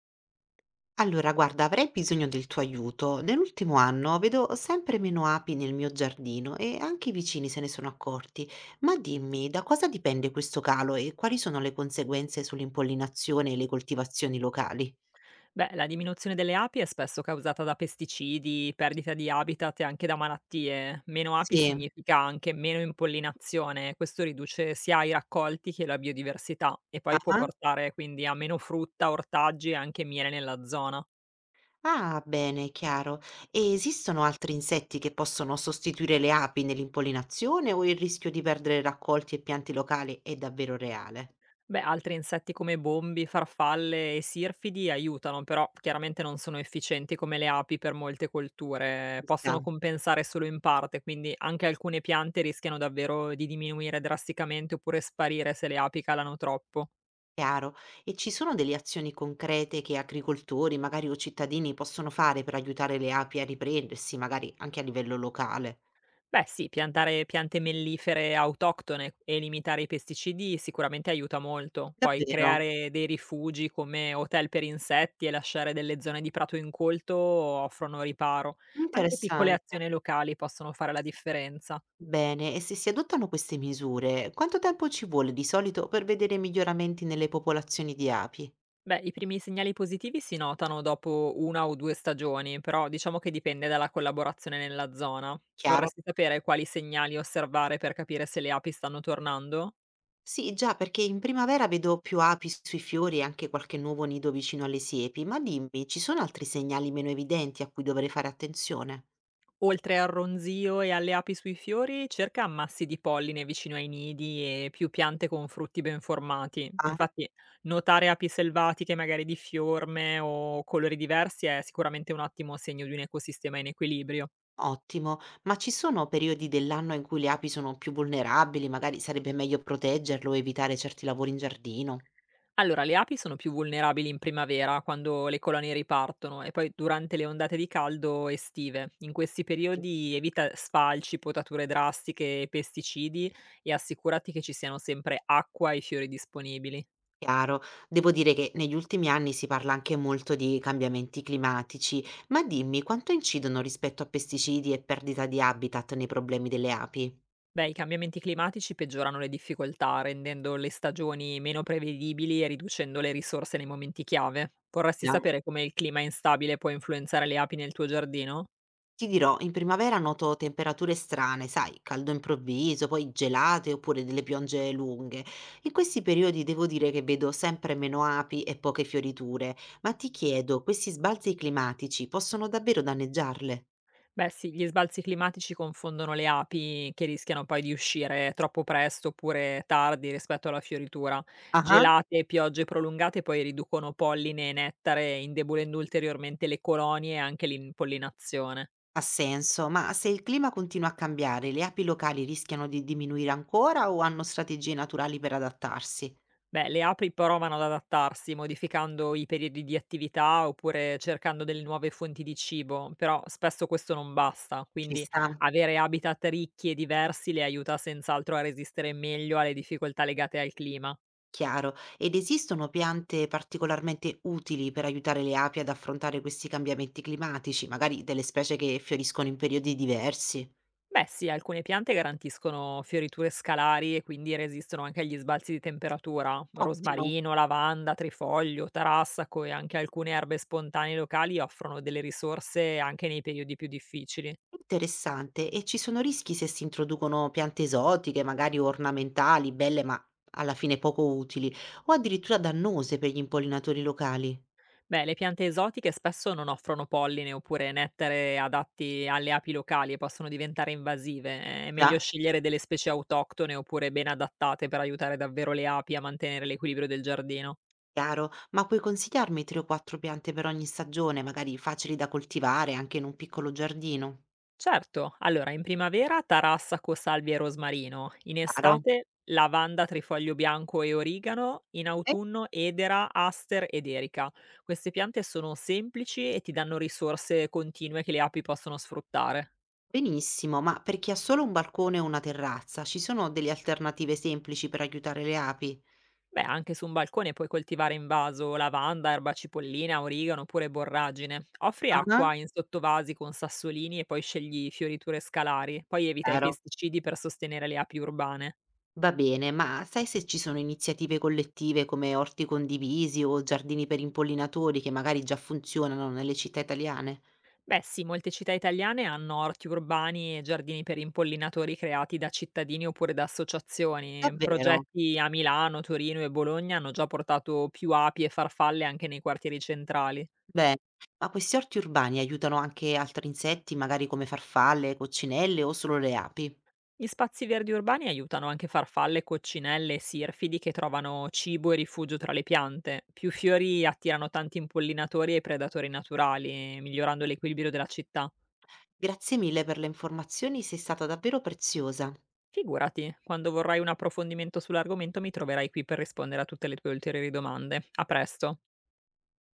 Allora, guarda, avrei bisogno del tuo aiuto. Nell'ultimo anno vedo sempre meno api nel mio giardino e anche i vicini se ne sono accorti. Ma dimmi, da cosa dipende questo calo e quali sono le conseguenze sull'impollinazione e le coltivazioni locali? Beh, la diminuzione delle api è spesso causata da pesticidi, perdita di habitat e anche da malattie. Meno api Sì. significa anche meno impollinazione, questo riduce sia i raccolti che la biodiversità e poi può Ah, portare quindi a meno frutta, ortaggi e anche miele nella zona. ah, bene, chiaro. E esistono altri insetti che possono sostituire le api nell'impollinazione o il rischio di perdere raccolti e pianti locali è davvero reale? Beh, altri insetti come bombi, farfalle e sirfidi aiutano, però chiaramente non sono efficienti come le api per molte colture, Ci sta. possono compensare solo in parte, quindi anche alcune piante rischiano davvero di diminuire drasticamente oppure sparire se le api calano troppo. Chiaro. E ci sono delle azioni concrete che agricoltori, magari o cittadini possono fare per aiutare le api a riprendersi, magari anche a livello locale? Beh sì, piantare piante mellifere autoctone e limitare i pesticidi sicuramente aiuta molto. Poi Davvero? creare dei rifugi come hotel per insetti e lasciare delle zone di prato incolto offrono riparo. Anche piccole Interessante. azioni locali possono fare la differenza. Bene, e se si adottano queste misure, quanto tempo ci vuole di solito per vedere miglioramenti nelle popolazioni di api? Beh, i primi segnali positivi si notano dopo una o due stagioni, però diciamo che dipende dalla collaborazione nella zona. Chiaro? Vorresti sapere quali segnali osservare per capire se le api stanno tornando? Sì, già, perché in primavera vedo più api sui fiori e anche qualche nuovo nido vicino alle siepi, ma dimmi, ci sono altri segnali meno evidenti a cui dovrei fare attenzione? Oltre al ronzio e alle api sui fiori, cerca ammassi di polline vicino ai nidi e più piante con frutti ben formati. Infatti, notare api selvatiche, magari di fiorme o colori diversi, è sicuramente un ottimo segno di un ecosistema in equilibrio. Ottimo, ma ci sono periodi dell'anno in cui le api sono più vulnerabili, magari sarebbe meglio proteggerle o evitare certi lavori in giardino? Allora, le api sono più vulnerabili in primavera, quando le colonie ripartono, e poi durante le ondate di caldo estive. In questi È periodi evita sfalci, potature drastiche e pesticidi e assicurati che ci siano sempre acqua e fiori disponibili. chiaro, devo dire che negli ultimi anni si parla anche molto di cambiamenti climatici, ma dimmi quanto incidono rispetto a pesticidi e perdita di habitat nei problemi delle api? Beh, i cambiamenti climatici peggiorano le difficoltà, rendendo le stagioni meno prevedibili e riducendo le risorse nei momenti chiave. Vorresti Già. sapere come il clima instabile può influenzare le api nel tuo giardino? Ti dirò, in primavera noto temperature strane, sai, caldo improvviso, poi gelate oppure delle piogge lunghe. In questi periodi devo dire che vedo sempre meno api e poche fioriture, ma ti chiedo, questi sbalzi climatici possono davvero danneggiarle? Beh, sì, gli sbalzi climatici confondono le api che rischiano poi di uscire troppo presto oppure tardi rispetto alla fioritura. Ah, Gelate e piogge prolungate poi riducono polline e nettare, indebolendo ulteriormente le colonie e anche l'impollinazione. ha senso, ma se il clima continua a cambiare, le api locali rischiano di diminuire ancora o hanno strategie naturali per adattarsi? Beh, le api provano ad adattarsi modificando i periodi di attività oppure cercando delle nuove fonti di cibo, però spesso questo non basta, Ci quindi sta. avere habitat ricchi e diversi le aiuta senz'altro a resistere meglio alle difficoltà legate al clima. Chiaro. Ed esistono piante particolarmente utili per aiutare le api ad affrontare questi cambiamenti climatici, magari delle specie che fioriscono in periodi diversi? Beh sì, alcune piante garantiscono fioriture scalari e quindi resistono anche agli sbalzi di temperatura. Ottimo, Rosmarino, lavanda, trifoglio, tarassaco e anche alcune erbe spontanee locali offrono delle risorse anche nei periodi più difficili. interessante. E ci sono rischi se si introducono piante esotiche, magari ornamentali, belle ma alla fine poco utili, o addirittura dannose per gli impollinatori locali? Beh, le piante esotiche spesso non offrono polline oppure nettare adatti alle api locali e possono diventare invasive. È meglio Già, scegliere delle specie autoctone oppure ben adattate per aiutare davvero le api a mantenere l'equilibrio del giardino. chiaro. Ma puoi consigliarmi tre o quattro piante per ogni stagione, magari facili da coltivare anche in un piccolo giardino? Certo, allora in primavera tarassaco, salvia e rosmarino, in Chiaro. estate lavanda, trifoglio bianco e origano, in autunno edera, aster ed erica. Queste piante sono semplici e ti danno risorse continue che le api possono sfruttare. Benissimo, ma per chi ha solo un balcone o una terrazza, ci sono delle alternative semplici per aiutare le api? Beh, anche su un balcone puoi coltivare in vaso lavanda, erba cipollina, origano oppure borragine. Offri Ah, acqua in sottovasi con sassolini e poi scegli fioriture scalari. Poi evita i chiaro. pesticidi per sostenere le api urbane. Va bene, ma sai se ci sono iniziative collettive come orti condivisi o giardini per impollinatori che magari già funzionano nelle città italiane? Beh sì, molte città italiane hanno orti urbani e giardini per impollinatori creati da cittadini oppure da associazioni. Davvero? Progetti a Milano, Torino e Bologna hanno già portato più api e farfalle anche nei quartieri centrali. Beh, ma questi orti urbani aiutano anche altri insetti, magari come farfalle, coccinelle o solo le api? Gli spazi verdi urbani aiutano anche farfalle, coccinelle e sirfidi che trovano cibo e rifugio tra le piante. Più fiori attirano tanti impollinatori e predatori naturali, migliorando l'equilibrio della città. Grazie mille per le informazioni, sei stata davvero preziosa. Figurati, quando vorrai un approfondimento sull'argomento mi troverai qui per rispondere a tutte le tue ulteriori domande. A presto.